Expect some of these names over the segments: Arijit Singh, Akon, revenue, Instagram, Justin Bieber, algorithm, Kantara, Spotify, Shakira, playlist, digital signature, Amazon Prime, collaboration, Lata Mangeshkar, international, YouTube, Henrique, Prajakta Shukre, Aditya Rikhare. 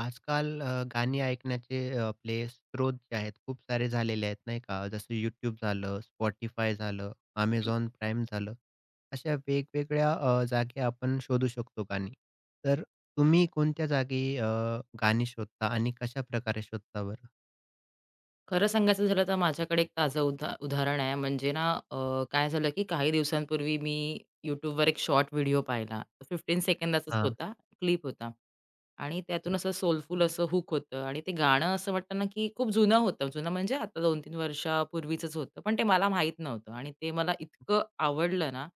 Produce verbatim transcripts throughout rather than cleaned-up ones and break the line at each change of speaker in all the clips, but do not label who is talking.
आजकाल अ, गाणी ऐकण्याचे अ, आपले स्रोत जे आहेत खूप सारे झालेले आहेत नाही का? जसं यूट्यूब झालं, Spotify झालं,
हं.
Amazon Prime झालं. अशा वेगवेगळ्या अ, जागी आपण शोधू शकतो गाणी. तर तुम्ही कोणत्या जागी अ, गाणी शोधता आणि कशाप्रकारे शोधता बरं?
खरं सांगायचं झालं तर माझ्याकडे एक ताजं उदा उदाहरण आहे. म्हणजे ना अ, काय झालं की काही दिवसांपूर्वी मी YouTubeवर एक शॉर्ट व्हिडिओ पाहिला. पंधरा सेकंदाचाच
हां.
होता, क्लिप होता आणि त्यातून असं सोलफुल असं हूक होतं आणि ते गाणं असं वाटतं ना की खूप जुनं होतं. जुनं म्हणजे आता दोन-तीन वर्षापूर्वीचंच होतं. पण ते मला माहीत नव्हतं आणि ते मला इतकं आवडलं ना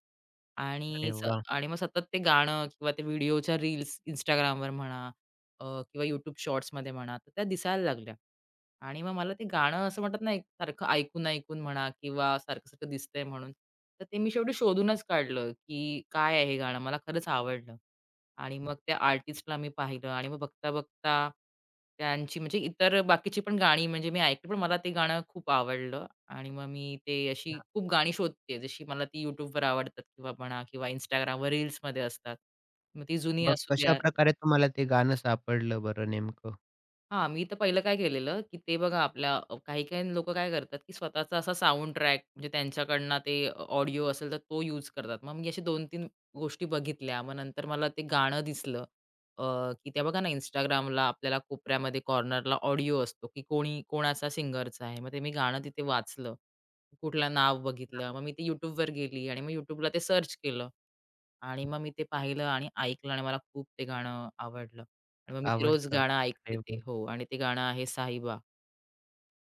अरे
आणि स
वाह!
आणि मग सतत ते गाणं किंवा ते व्हिडिओच्या रील्स Instagramवर म्हणा अ, किंवा YouTube शॉर्ट्समध्ये म्हणा, तर त्या दिसायला लागल्या. आणि मग मला ते गाणं असं म्हणतात ना, एक सारखं ऐकून-ऐकून म्हणा किंवा सारखं-सारखं दिसतंय म्हणून, तर ते मी शेवटी शोधूनच काढलं, की काय आहे हे गाणं? मला खरंच आवडलं. आणि मग त्या आर्टिस्टला मी पाहिलं आणि मग बघता-बघता त्यांची म्हणजे इतर बाकीची पण गाणी म्हणजे मी ऐकली, पण मला ते गाणं खूप आवडलं आणि मग मी ते अशी
हां.
खूप गाणी शोधते, जशी मला ती YouTubeवर आवडतात किंवा म्हणा किंवा Instagramवर रील्समध्ये असतात. मग ती जुनी
मग
असू द्या.
कशाप्रकारे तुम्हाला ते गाणं सापडलं बरं नेमकं?
हां, मी तर पहिलं काय केलेलं, की ते बघा आपल्या अ, काही-काही लोकं काय करतात, की स्वतःचा असा साउंड ट्रॅक म्हणजे त्यांच्याकडनं ते अ, ऑडिओ असेल तर तो यूज करतात. मग मी अशा दोन-तीन गोष्टी बघितल्या. मग नंतर मला ते गाणं दिसलं, अ, की त्या बघा ना Instagramला आपल्याला कोपऱ्यामध्ये कॉर्नरला ऑडिओ असतो, की कोणी कोणाचा सिंगरचा आहे. मग ते मी गाणं तिथे वाचलं. कुठलं नाव बघितलं. मग मी ते YouTubeवर गेली आणि मग YouTubeला ते सर्च केलं. आणि मग मी ते पाहिलं आणि ऐकलं आणि मला खूप ते गाणं आवडलं. आणि मग मी ते रोज
आवडतं?
गाणं ऐकते
अरे
ते.
वाह!
हो, आणि ते गाणं आहे साहिबा.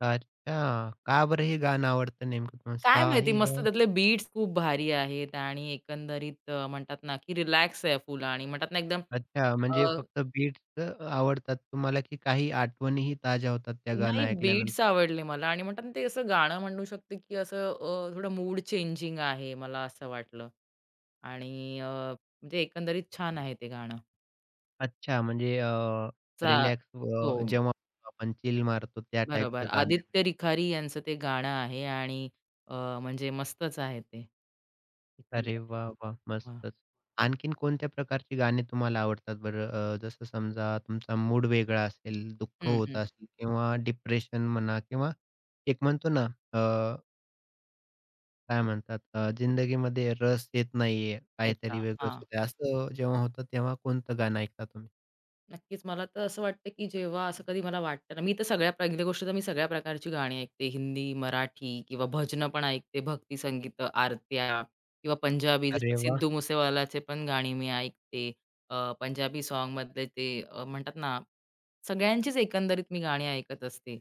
अच्छा. का बरं हे गाणं आवडतं नेमकं तुम्हाला?
काय माहिती, मस्त
साहिबा.
त्यातले बीट्स खूप भारी आहेत आणि एकंदरीत अ, म्हणतात ना, की रिलॅक्स आहे फुल आणि म्हणतात ना एकदम.
अच्छा,
अ,
म्हणजे फक्त बीट्स अ, आवडतात तुम्हाला, की काही आठवणीही ताज्या होतात त्या गाणं
नाही, बीट्स
ऐकल्यानंतर?
आवडले मला आणि म्हणतात ना ते असं गाणं म्हणू शकते, की असं अ, थोडं मूड चेंजिंग आहे मला असं वाटलं आणि अ, म्हणजे एकंदरीत छान आहे ते गाणं.
अच्छा, म्हणजे अ,
चा
रिलॅक्स
हो.
अ, जेव्हा आपण चिल मारतो त्या
बरोबर.
टाइपचं गाणं आहे.
आदित्य रिखारी यांचं ते गाणं आहे आणि अ, म्हणजे मस्तच आहे ते.
अरे
एकंदर.
वाह! वाह!
हां.
मस्तच. आणखीन कोणत्या प्रकारची गाणी तुम्हाला आवडतात बरं? अ, जसं समजा तुमचा मूड वेगळा असेल, दुःख
हं,
होत
हं.
असेल किंवा डिप्रेशन म्हणा किंवा एक म्हणतो ना, अ, काय म्हणतात अ, जिंदगीमध्ये रस येत नाहीये,
अच्छा.
काहीतरी वेगळंच
हां.
होतंय, असं जेव्हा होतं तेव्हा कोणतं गाणं ऐकता तुम्ही?
नक्कीच. मला तर असं वाटतं, की जेव्हा असं कधी मला वाटतं ना, मी तर सगळ्या पहिली गोष्ट तर मी सगळ्या प्रकारची गाणी ऐकते. हिंदी, मराठी किंवा भजनं पण ऐकते, भक्ती संगीत, आरत्या किंवा पंजाबी जसे
अरे वाह!
सिद्धू मुसेवालाचे पण गाणी मी ऐकते. अ, पंजाबी सॉन्गमधले ते अ, म्हणतात ना, सगळ्यांचीच एकंदरीत मी गाणी ऐकत असते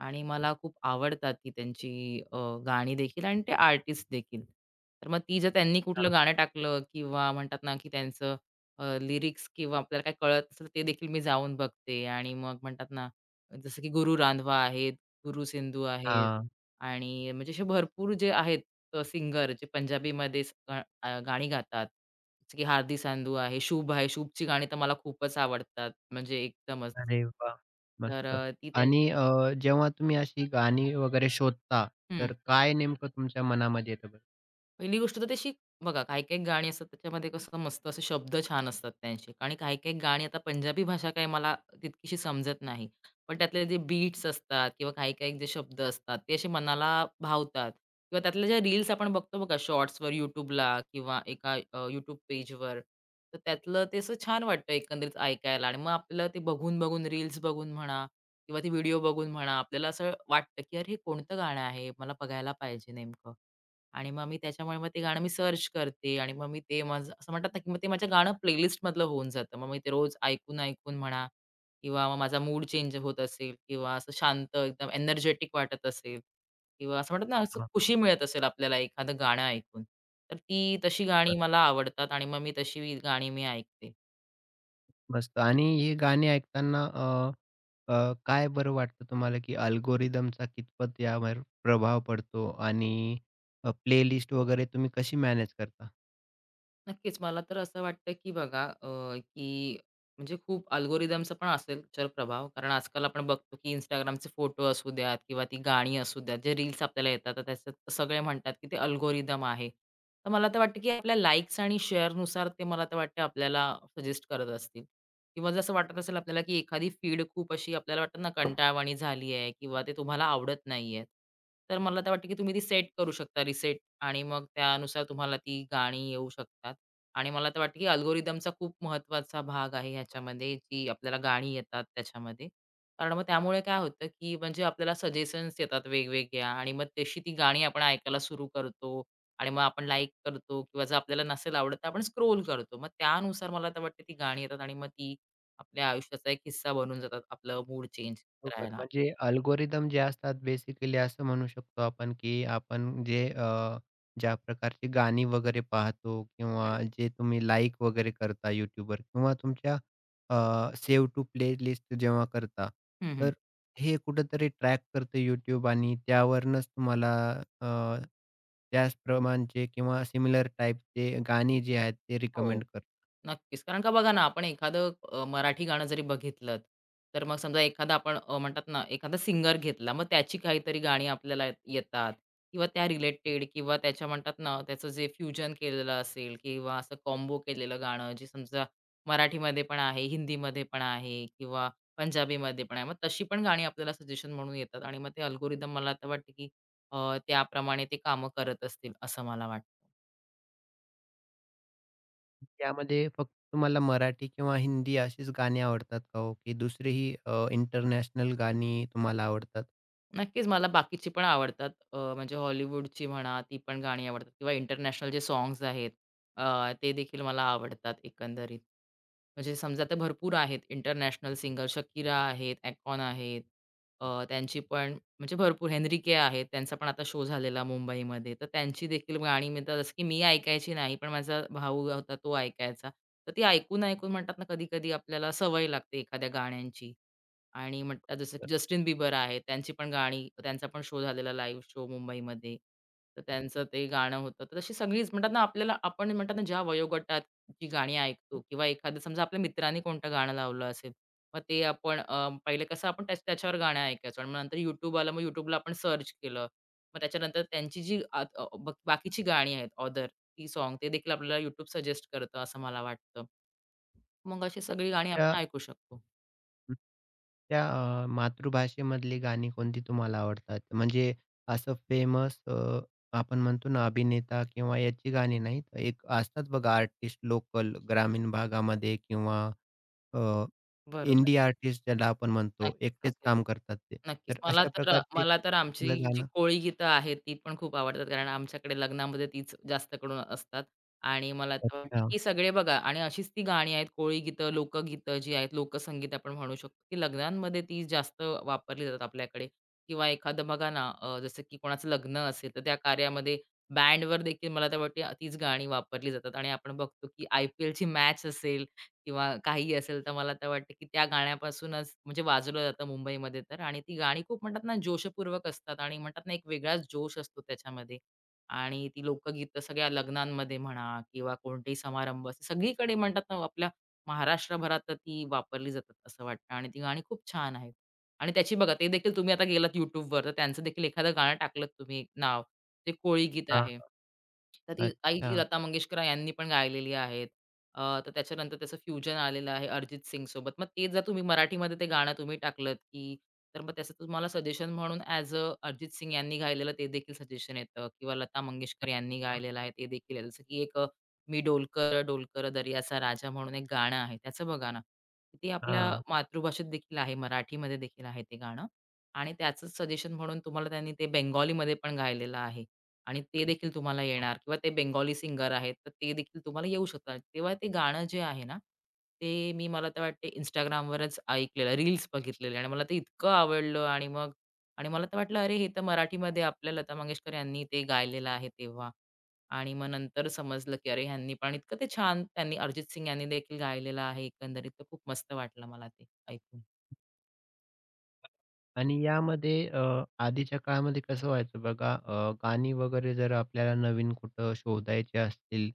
आणि मला खूप आवडतात ती त्यांची अ, गाणी देखील आणि ते आर्टिस्ट देखील. तर मग ती जर त्यांनी
हां,
कुठलं गाणं टाकलं किंवा म्हणतात ना, की त्यांचं अ, लिरिक्स किंवा आपल्याला काही कळत असेल ते देखील मी जाऊन बघते आणि मग म्हणतात ना, जसं की गुरु रांधवा आहेत, गुरु सिंधू आहेत
हां.
आणि म्हणजे असे भरपूर जे आहेत अ, सिंगर जे पंजाबीमध्येच गा अ, गाणी गातात. जसं की हार्दी सांधू आहे, शुभ आहे. शुभची गाणी तर मला खूपच आवडतात म्हणजे एकदमच.
अरे वाह!
तर
मस्त.
अ, ती ते
आणि अ, जेव्हा तुम्ही अशी गाणी वगैरे शोधता,
हं.
तर काय नेमकं तुमच्या मनामध्ये येतं बरं?
पहिली गोष्ट तर तशी बघा, काही-काही गाणी असतात त्याच्यामध्ये कसं मस्त असे शब्द छान असतात त्यांचे आणि काही-काही गाणी आता पंजाबी भाषा काही मला तितकीशी समजत नाही. पण त्यातले जे बीट्स असतात किंवा काही-काही जे शब्द असतात ते असे मनाला भावतात किंवा त्यातल्या ज्या रील्स आपण बघतो बघा शॉर्ट्सवर YouTubeला किंवा एका अ, पेजवर, तर त्यातलं ते असं छान वाटतं एकंदरीत ऐकायला आणि मग आपलं ते बघून-बघून रील्स बघून म्हणा किंवा ते व्हिडिओ बघून म्हणा, आपल्याला असं वाटतं की, "अरे, हे कोणतं गाणं आहे? मला बघायला पाहिजे नेमकं." आणि मग मी त्याच्यामुळे मग ते गाणं मी सर्च करते आणि मग मी ते माझं असं म्हणतात ना, की मग ते माझ्या गाणं प्लेलिस्टमधलं होऊन जातं. मग मी ते रोज ऐकून-ऐकून म्हणा किंवा मग माझा मूड चेंज होत असेल किंवा असं शांत एकदम एनर्जेटिक वाटत असेल किंवा असं म्हणतात ना,
हां,
असं
हां.
खुशी मिळत असेल आपल्याला एखादं गाणं ऐकून, तर ती तशी गाणी
बरं.
मला आवडतात आणि मग मी तशी गाणी मी ऐकते.
मस्त आणि ही गाणी ऐकताना अ, अ, काय बरं वाटतं तुम्हाला, की अल्गोरिदमचा कितपत यावर प्रभाव पडतो आणि अ, प्लेलिस्ट वगैरे तुम्ही कशी मॅनेज करता?
नक्कीच. मला तर असं वाटतं, की बघा, अ, की म्हणजे खूप अल्गोरिदमचा पण असेल चल प्रभाव. कारण आजकाल आपण बघतो, की Instagramचे फोटो असू द्यात किंवा ती गाणी असू द्यात, जे रील्स आपल्याला येतात, तर त्याच्यात सगळे म्हणतात, की ते अल्गोरिदम आहे. तर मला तर वाटतं, की आपल्या लाईक्स आणि शेअरनुसार ते मला तर वाटतं आपल्याला सजेस्ट करत असतील. किंवा जसं वाटत असेल आपल्याला, की एखादी फीड खूप अशी आपल्याला वाटत ना कंटाळवाणी झाली आहे किंवा ते तुम्हाला आवडत नाहीये. तर मला तर वाटतं, की तुम्ही ती सेट करू शकता, रिसेट, आणि मग त्यानुसार तुम्हाला ती गाणी येऊ शकतात. आणि मला तर वाटतं की अल्गोरिदमचा खूप महत्त्वाचा भाग आहे ह्याच्यामध्ये, जी आपल्याला गाणी येतात त्याच्यामध्ये. कारण मग त्यामुळे काय होतं, की म्हणजे आपल्याला सजेशन्स येतात वेगवेगळ्या आणि मग तशी ती गाणी आपण ऐकायला सुरू करतो आणि मग आपण लाइक करतो किंवा जर आपल्याला नसेल आवडत तर आपण स्क्रोल करतो. मग त्यानुसार मला तर वाटतं ती गाणी येतात आणि मग ती आपल्या आयुष्याचा एक हिस्सा बनून जातात, आपलं मूड चेंज
बरोबर.
करायला.
म्हणजे अल्गोरिदम जे असतात बेसिकली असं म्हणू शकतो आपण, की आपण जे अ, ज्या प्रकारची गाणी वगैरे पाहतो किंवा
हं.
जे तुम्ही लाइक वगैरे करता YouTubeवर किंवा तुमच्या अ, सेव्ह टू प्लेलिस्ट जेव्हा करता,
हं, हं.
तर हे कुठेतरी ट्रॅक करतं YouTube आणि त्यावरूनच तुम्हाला अ, त्याच प्रमाणचे किंवा सिमिलर टाइपचे गाणी जी आहेत ते
हो.
रिकमेंड.
नक्कीच. कारण का बघा ना, आपण एखादं अ, मराठी गाणं जरी बघितलं, तर मग समजा एखादा आपण अ, म्हणतात ना, एखादा सिंगर घेतला, मग त्याची काहीतरी गाणी आपल्याला येतात किंवा त्या रिलेटेड किंवा त्याच्या म्हणतात ना, त्याचं जे फ्युजन केलेलं असेल किंवा असं कॉम्बो केलेलं गाणं, जे समजा मराठीमध्ये पण आहे, हिंदीमध्ये पण आहे किंवा पंजाबीमध्ये पण आहे. मग तशी पण गाणी आपल्याला सजेशन म्हणून येतात आणि मग ते अल्गोरिदम मला तर वाटतं, की अ, त्याप्रमाणे ते कामं करत असतील, असं मला वाटतं.
त्यामध्ये फक्त तुम्हाला मराठी किंवा हिंदी अशीच गाणी आवडतात का हो? की दुसरीही अ, इंटरनॅशनल गाणी तुम्हाला आवडतात?
नक्कीच मला बाकीची पण आवडतात. अ, म्हणजे हॉलिवूडची म्हणा, ती पण गाणी आवडतात किंवा इंटरनॅशनल जे सॉन्ग्स आहेत अ, ते देखील मला आवडतात एकंदरीत. म्हणजे समजा ते भरपूर आहेत, इंटरनॅशनल सिंगर शकीरा आहेत, ॲकॉन आहेत. अ, त्यांची पण म्हणजे भरपूर हेनरिके आहेत, त्यांचा पण आता शो झालेला मुंबईमध्ये. तर त्यांची देखील गाणी मी तर जसं की मी ऐकायची नाही, पण माझा भाऊ होता तो ऐकायचा. तर ती ऐकून-ऐकून म्हणतात ना, कधी-कधी आपल्याला सवय लागते एखाद्या गाण्यांची. आणि म्हणतात जसं की जस्टिन बिबर आहे, त्यांची पण गाणी, त्यांचा पण शो झालेला लाईव्ह शो मुंबईमध्ये. तर त्यांचं ते गाणं होतं. तर तशी सगळीच म्हणतात ना, आपल्याला आपण म्हणतात ना, ज्या वयोगटात जी गाणी ऐकतो किंवा एखादं समजा आपल्या मित्राने कोणतं गाणं लावलं असेल, मग ते आपण अ, पहिले कसं आपण त्या त्याच्यावर गाणं ऐकायचो आणि मग नंतर YouTube आलं, मग YouTubeला आपण सर्च केलं. मग त्याच्यानंतर त्यांची जी अ, अ, ब बाकीची गाणी आहेत ऑदर, ती सॉन्ग ते देखील आपल्याला YouTube सजेस्ट करतं असं मला वाटतं. मग अशी सगळी गाणी
त्या
आपण ऐकू शकतो.
त्या अ, मातृभाषेमधली गाणी कोणती तुम्हाला आवडतात? म्हणजे असं फेमस आपण म्हणतो ना अभिनेता किंवा याची गाणी नाहीत. एक असतात बघा आर्टिस्ट लोकल ग्रामीण भागामध्ये किंवा अ,
बरोबर.
इंडी आर्टिस्ट ज्याला आपण म्हणतो.
नक्कीच,
एकटेच
नक्कीच.
काम करतात ते.
नक्कीच.
तर
मला
अशा
तर
प्रकारचे एक-
मला तर आमची
एखादं
जी
गाणं.
कोळी गीतं आहेत, ती पण खूप आवडतात. कारण आमच्याकडे लग्नामध्ये तीच जास्त करून असतात आणि मला तर वाटते,
अच्छा.
की सगळे बघा आणि अशीच ती गाणी आहेत, कोळी गीतं, लोकगीतं जी आहेत, लोकसंगीत आपण म्हणू शकतो, की लग्नांमध्ये ती जास्त वापरली जातात आपल्याकडे किंवा एखादं बघा ना, अ, जसं की कोणाचं लग्न असेल, तर त्या कार्यामध्ये बँडवर देखील मला तर वाटते तीच गाणी वापरली जातात आणि आपण बघतो, की आय-पी-एलची मॅच असेल किंवा काही असेल, तर मला तर वाटतं, की त्या गाण्यापासूनच म्हणजे वाजवलं जातं मुंबईमध्ये तर, आणि ती गाणी खूप म्हणतात ना, जोशपूर्वक असतात आणि म्हणतात ना, एक वेगळाच जोश असतो त्याच्यामध्ये आणि ती लोकगीतं सगळ्या लग्नांमध्ये म्हणा किंवा कोणतेही समारंभ असे सगळीकडे म्हणतात ना, आपल्या महाराष्ट्रभरात तर ती वापरली जातात असं वाटतं आणि ती गाणी खूप छान आहेत. आणि त्याची बघा, ते देखील तुम्ही आता गेलात YouTubeवर, तर त्यांचं देखील एखादं गाणं टाकलत तुम्ही नाव, ते कोळी गीत
हां.
आहे. तर ती आई जी
अच्छा.
लता मंगेशकर यांनी पण गायलेली आहेत. अ, तर त्याच्यानंतर त्याचं फ्युजन आलेलं आहे अरिजित सिंगसोबत. मग ते जर तुम्ही मराठीमध्ये ते गाणं तुम्ही टाकलत, की तर मग त्याचं तुम्हाला सजेशन म्हणून ॲज अ, अरिजित सिंग यांनी गायलेलं ते देखील सजेशन येतं किंवा लता मंगेशकर यांनी गायलेलं आहे ते देखील येतं. जसं की एक, अ, मी डोलकर डोलकर दर्याचा राजा म्हणून एक गाणं आहे. त्याचं बघा ना, ते आपल्या हं.
हां.
मातृभाषेत देखील आहे, मराठीमध्ये देखील आहे ते गाणं आणि त्याचंच सजेशन म्हणून तुम्हाला त्यांनी ते बेंगॉलीमध्ये पण गायलेलं आहे. आणि ते देखील तुम्हाला येणार किंवा ते बेंगॉली सिंगर आहेत, तर ते देखील तुम्हाला येऊ शकतात. तेव्हा ते गाणं जे आहे ना, ते मी मला तर वाटते Instagramवरच ऐकलेलं, रील्स बघितलेले आणि मला ते इतकं आवडलं आणि मग आणि मला तर वाटलं, "अरे, हे तर मराठीमध्ये आपल्या लता मंगेशकर यांनी ते गायलेलं आहे तेव्हा." आणि मग नंतर समजलं, की अरे, ह्यांनी पण इतकं ते छान त्यांनी अरिजित सिंग यांनी देखील गायलेलं आहे एकंदरीत. तर खूप मस्त वाटलं मला ते ऐकून.
आणि यामध्ये अ, आधीच्या काळामध्ये कसं व्हायचं बघा अ, गाणी वगैरे जर आपल्याला नवीन कुठं शोधायचे असतील,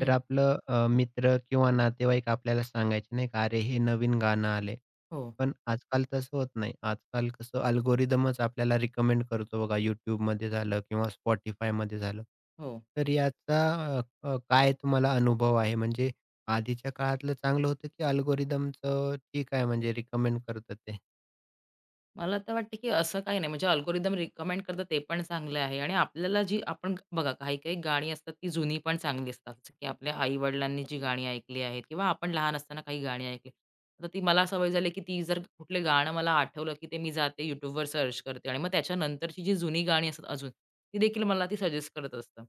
तर आपलं अ, मित्र किंवा नातेवाईक आपल्याला सांगायचे नाही का, "अरे, हे नवीन गाणं आलंय."
हो,
पण आजकाल तसं होत नाही. आजकाल कसं अल्गोरिदमच आपल्याला रिकमेंड करतो बघा YouTubeमध्ये झालं किंवा Spotifyमध्ये झालं.
हो.
तर याचा अ, अ, काय तुम्हाला अनुभव आहे? म्हणजे आधीच्या काळातलं चांगलं होतं की अल्गोरिदमचं ठीक आहे म्हणजे रिकमेंड करतं ते?
मला तर वाटतं, की असं काही नाही, म्हणजे अल्गोरिदम रिकमेंड करतं ते पण चांगलं आहे आणि आपल्याला जी आपण बघा काही-काही गाणी असतात ती जुनी पण चांगली असतात, जसं की आपल्या आई-वडिलांनी जी गाणी ऐकली आहेत किंवा आपण लहान असताना काही गाणी ऐकली. तर ती मला सवय झाली, की ती जर कुठले गाणं मला आठवलं, की ते मी जाते YouTubeवर सर्च करते आणि मग त्याच्यानंतरची जी जुनी गाणी असतात अजून, ती देखील मला ती सजेस्ट करत असतं.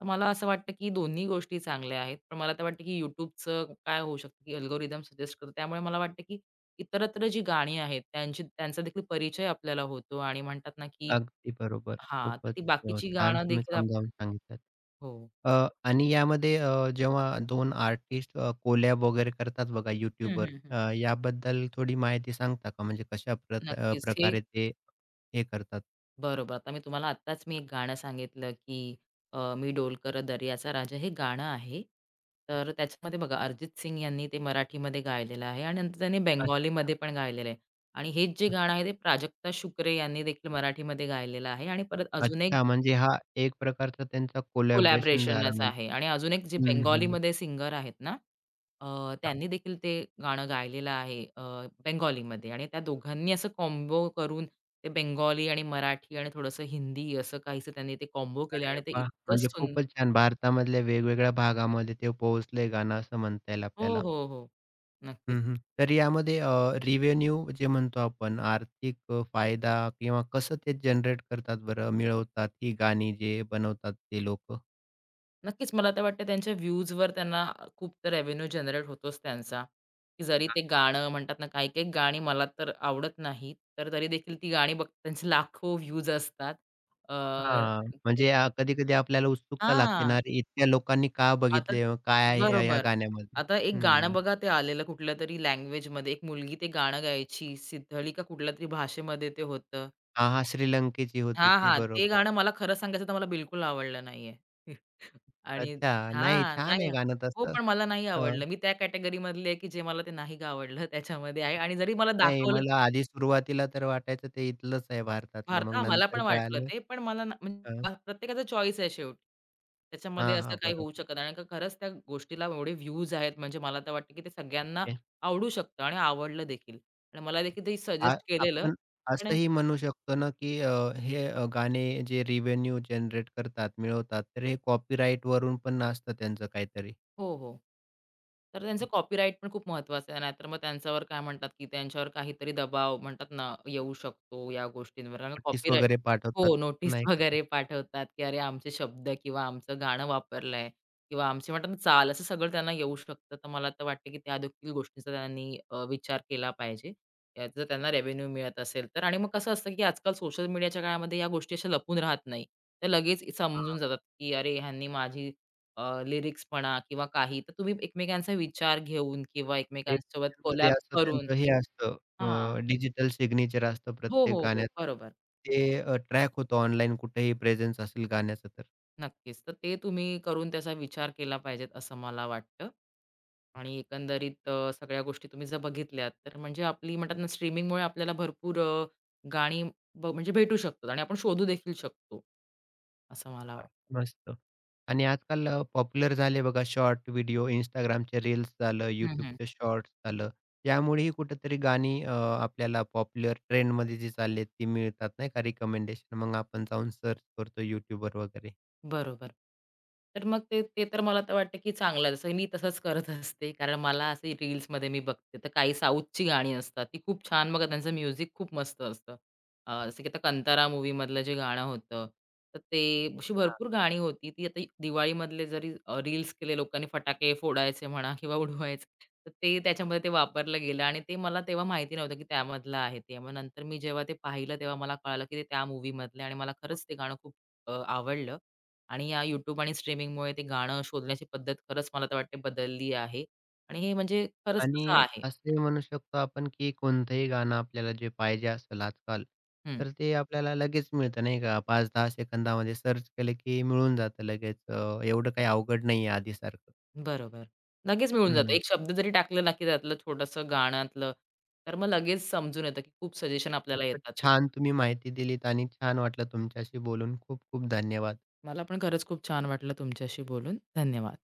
तर मला असं वाटतं, की दोन्ही गोष्टी चांगल्या आहेत. पण मला तर वाटतं, की YouTubeचं काय होऊ शकतं, की अल्गोरिदम सजेस्ट करतं. त्यामुळे मला वाटतं, की इतरत्र जी गाणी आहेत, त्यांची त्यांचा देखील परिचय आपल्याला होतो आणि म्हणतात ना, की
अगदी बरोबर.
हां, तर
खूपच
ती
अ,
बाकीची
छान
गाणं
तुम्ही
देखील आपण
समजावून सांगितलंत.
हो.
अ, आणि यामध्ये अ, जेव्हा दोन आर्टिस्ट अ, कोलॅब वगैरे करतात बघा
हं,
YouTubeवर
हं, हं.
अ, याबद्दल थोडी माहिती सांगता का? म्हणजे कशा प्रत अ,
नक्कीच. हे
प्रकारे ते हे करतात?
बरोबर. आता मी तुम्हाला आत्ताच मी एक गाणं सांगितलं, की अ, मी डोलकर दर्याचा राजा हे गाणं आहे. तर त्याच्यामध्ये बघा अरिजित सिंग यांनी ते मराठीमध्ये गायलेलं आहे आणि नंतर त्यांनी
अच्छा.
बेंगॉलीमध्ये पण गायलेलं आहे आणि हेच जे गाणं आहे ते प्राजक्ता शुक्रे यांनी देखील मराठीमध्ये गायलेलं आहे आणि परत अजून एक
अच्छा, म्हणजे हा एक प्रकारचा त्यांचा कोलॅबोरेशन झाला
कोलॅबरेशनच
म्हणजे.
आहे आणि अजून एक जे
हं, हं.
बेंगॉलीमध्ये सिंगर आहेत ना, अ, त्यांनी देखील ते गाणं गायलेलं आहे अ, बेंगॉलीमध्ये आणि त्या दोघांनी असं कॉम्बो करून ते बेंगॉली आणि मराठी आणि थोडंसं हिंदी असं काहीसं त्यांनी ते कॉम्बो केलं
अरे
आणि ते
वाह!
इतकं
म्हणजे
सुंद
खूपच छान. भारतामधल्या वेगवेगळ्या भागामध्ये ते पोहोचलंय गाणं असं म्हणता येईल
हो,
आपल्याला.
हो, हो. नक्कीच.
हं, तर यामध्ये अ, रिव्हेन्यू जे म्हणतो आपण आर्थिक अ, फायदा किंवा कसं ते जनरेट करतात बरं, मिळवतात ही गाणी जे बनवतात ते लोकं?
नक्कीच मला तर वाटतं त्यांच्या व्ह्यूजवर त्यांना खूप तर रेव्हेन्यू जनरेट होतोच त्यांचा, की जरी ते गाणं म्हणतात ना, काही-काही गाणी मला तर आवडत नाहीत, तर तरी देखील ती गाणी बघ त्यांचे लाखो व्ह्यूज असतात. अ,
हां,
ते
म्हणजे अ, कधी-कधी आपल्याला उत्सुकता लागते ना,
हां,
अरे इतक्या लोकांनी का
आता
बघितले? अ, काय आहे या या
बरोबर.
गाण्यामध्ये?
आता एक गाणं
हं.
बघा ते आलेलं कुठल्यातरी लँग्वेजमध्ये. एक मुलगी ते गाणं गायची. सिद्धळी का कुठल्यातरी भाषेमध्ये ते होतं.
हां, हां, श्रीलंकेची होती
हां,
ती
हां. ते
बरोबर.
गाणं मला खरं सांगायचं तर मला बिलकुल आवडलं नाहीये. आणि
अच्छा, नाही
हां,
छान
नाही
आहे गाणं
हो,
तसं.
पण मला नाही
अ,
आवडलं. मी त्या कॅटेगरीमधली आहे, की जे मला ते नाही आवडलं त्याच्यामध्ये आहे आणि जरी मला
नाही
दाखवलं
मला आधी सुरुवातीला तर वाटायचं ते इथलंच आहे भारतातलं,
भारता
मग
हां, मला पण
नंतर
वाटलं
कळालं.
ते. पण मला ना म्हणजे
अ,
भा- प्रत्येकाचा चॉईस आहे शेवटी. त्याच्यामध्ये
हां,
असं
हां,
काही होऊ
बरोबर.
शकत नाही. कारण का खरंच त्या गोष्टीला एवढे व्ह्यूज आहेत म्हणजे मला तर वाटतं, की ते सगळ्यांना आवडू शकतं आणि आवडलं देखील. आणि मला देखील ते
आ
सजेस्ट केलेलं.
आपण
पण
असंही म्हणू शकतो ना, की अ, हे अ, गाणे जे रेव्हेन्यू जनरेट करतात, मिळवतात, तर हे कॉपीराईटवरून पण असतं त्यांचं काहीतरी.
हो, हो. तर त्यांचं कॉपीराईट पण खूप महत्त्वाचं आहे. नाहीतर मग त्यांच्यावर काय म्हणतात, की त्यांच्यावर काहीतरी दबाव म्हणतात ना, येऊ शकतो या गोष्टींवर. कारण
नोटीस
कॉपीराईट
वगैरे पाठवतात,
हो, नोटीस
नाही का ते?
वगैरे पाठवतात, की अरे आमचे शब्द किंवा आमचं गाणं वापरलंय किंवा आमची म्हणतात ना चाल, असं सगळं त्यांना येऊ शकतं. तर मला तर वाटतं, की त्या देखील गोष्टींचा त्यांनी अ, विचार केला पाहिजे. याचा त्यांना रेव्हेन्यू मिळत असेल तर. आणि मग कसं असतं, की आजकाल सोशल मीडियाच्या काळामध्ये या गोष्टी अशा लपून राहत नाही. त्या लगेच समजून
हां,
जातात, की अरे ह्यांनी माझी अ, लिरिक्स म्हणा किंवा काही, तर तुम्ही एकमेकांचा विचार घेऊन किंवा
एक
एकमेकांसोबत
मध्ये
कोलॅब
असतं
करून
त्यांचं हे
हां.
असतं डिजिटल सिग्नेचर असतं
हो,
प्रत्येक
हो, हो.
गाण्याचं.
बरोबर.
ते अ, ट्रॅक होतं ऑनलाईन कुठेही प्रेझेन्स असेल गाण्याचं तर.
नक्कीच. तर ते तुम्ही करून त्याचा विचार केला पाहिजेत असं मला वाटतं. आणि एकंदरीत अ, सगळ्या गोष्टी तुम्ही जर बघितल्यात, तर म्हणजे आपली म्हणतात ना स्ट्रीमिंगमुळे आपल्याला भरपूर अ, गाणी ब म्हणजे भेटू शकतात आणि आपण शोधू देखील शकतो. असं मला
हां,
वाटतं.
मस्त. आणि आजकाल अ, पॉप्युलर झाले बघा शॉर्ट व्हिडिओ, Instagramचे रील्स झालं,
हं,
YouTubeचे शॉर्ट्स झालं. यामुळेही
हं.
कुठेतरी गाणी अ, आपल्याला पॉप्युलर ट्रेंडमध्ये जी चालली आहेत, ती मिळतात नाही का रिकमेंडेशन. मग आपण जाऊन सर्च करतो YouTubeवर वगैरे.
बरोबर. तर मग ते ते तर मला तर वाटतं, की चांगलं आहे. जसं मी तसंच करत असते. कारण मला असे रील्समध्ये मी बघते, तर काही साऊथची गाणी असतात. ती खूप छान बघा त्यांचं म्युझिक खूप मस्त असतं. अ, जसं की आता कंतारा मूव्हीमधलं जे गाणं होतं, तर ते अशी
हां.
भरपूर गाणी होती. ती आता दिवाळीमधले जरी रील्स केले लोकांनी फटाके फोडायचे म्हणा किंवा उडवायचे, तर ते त्याच्यामध्ये ते वापरलं गेलं आणि ते मला तेव्हा माहिती नव्हतं, की त्यामधलं आहे ते. मग नंतर मी जेव्हा ते पाहिलं, तेव्हा मला कळालं, की ते त्या मूव्हीमधलं आणि मला खरंच ते गाणं खूप अ, आवडलं. आणि या YouTube आणि स्ट्रीमिंगमुळे ते गाणं शोधण्याची पद्धत खरंच मला तर वाटते बदलली आहे आणि हे म्हणजे खरंच तसं
आणि
आहे.
असे म्हणू शकतो आपण, की कोणतंही गाणं आपल्याला जे पाहिजे असेल आजकाल,
हं,
तर ते आपल्याला लगेच मिळतं नाही का. पाच ते दहा सेकंदामध्ये सर्च केलं, की मिळून जातं लगेच. अ, एवढं काही अवघड नाही आहे आधीसारखं.
बरोबर. लगेच मिळून जातं. एक शब्द जरी टाकला ना, की त्यातलं छोटंसं गाण्यातलं, तर मग लगेच समजून येतं, की खूप सजेशन आपल्याला
खूपच
येतात.
छान तुम्ही माहिती दिलीत आणि छान वाटलं तुमच्याशी बोलून. खूप खूप धन्यवाद.
मला पण खरंच खूप छान वाटलं तुमच्याशी बोलून. धन्यवाद.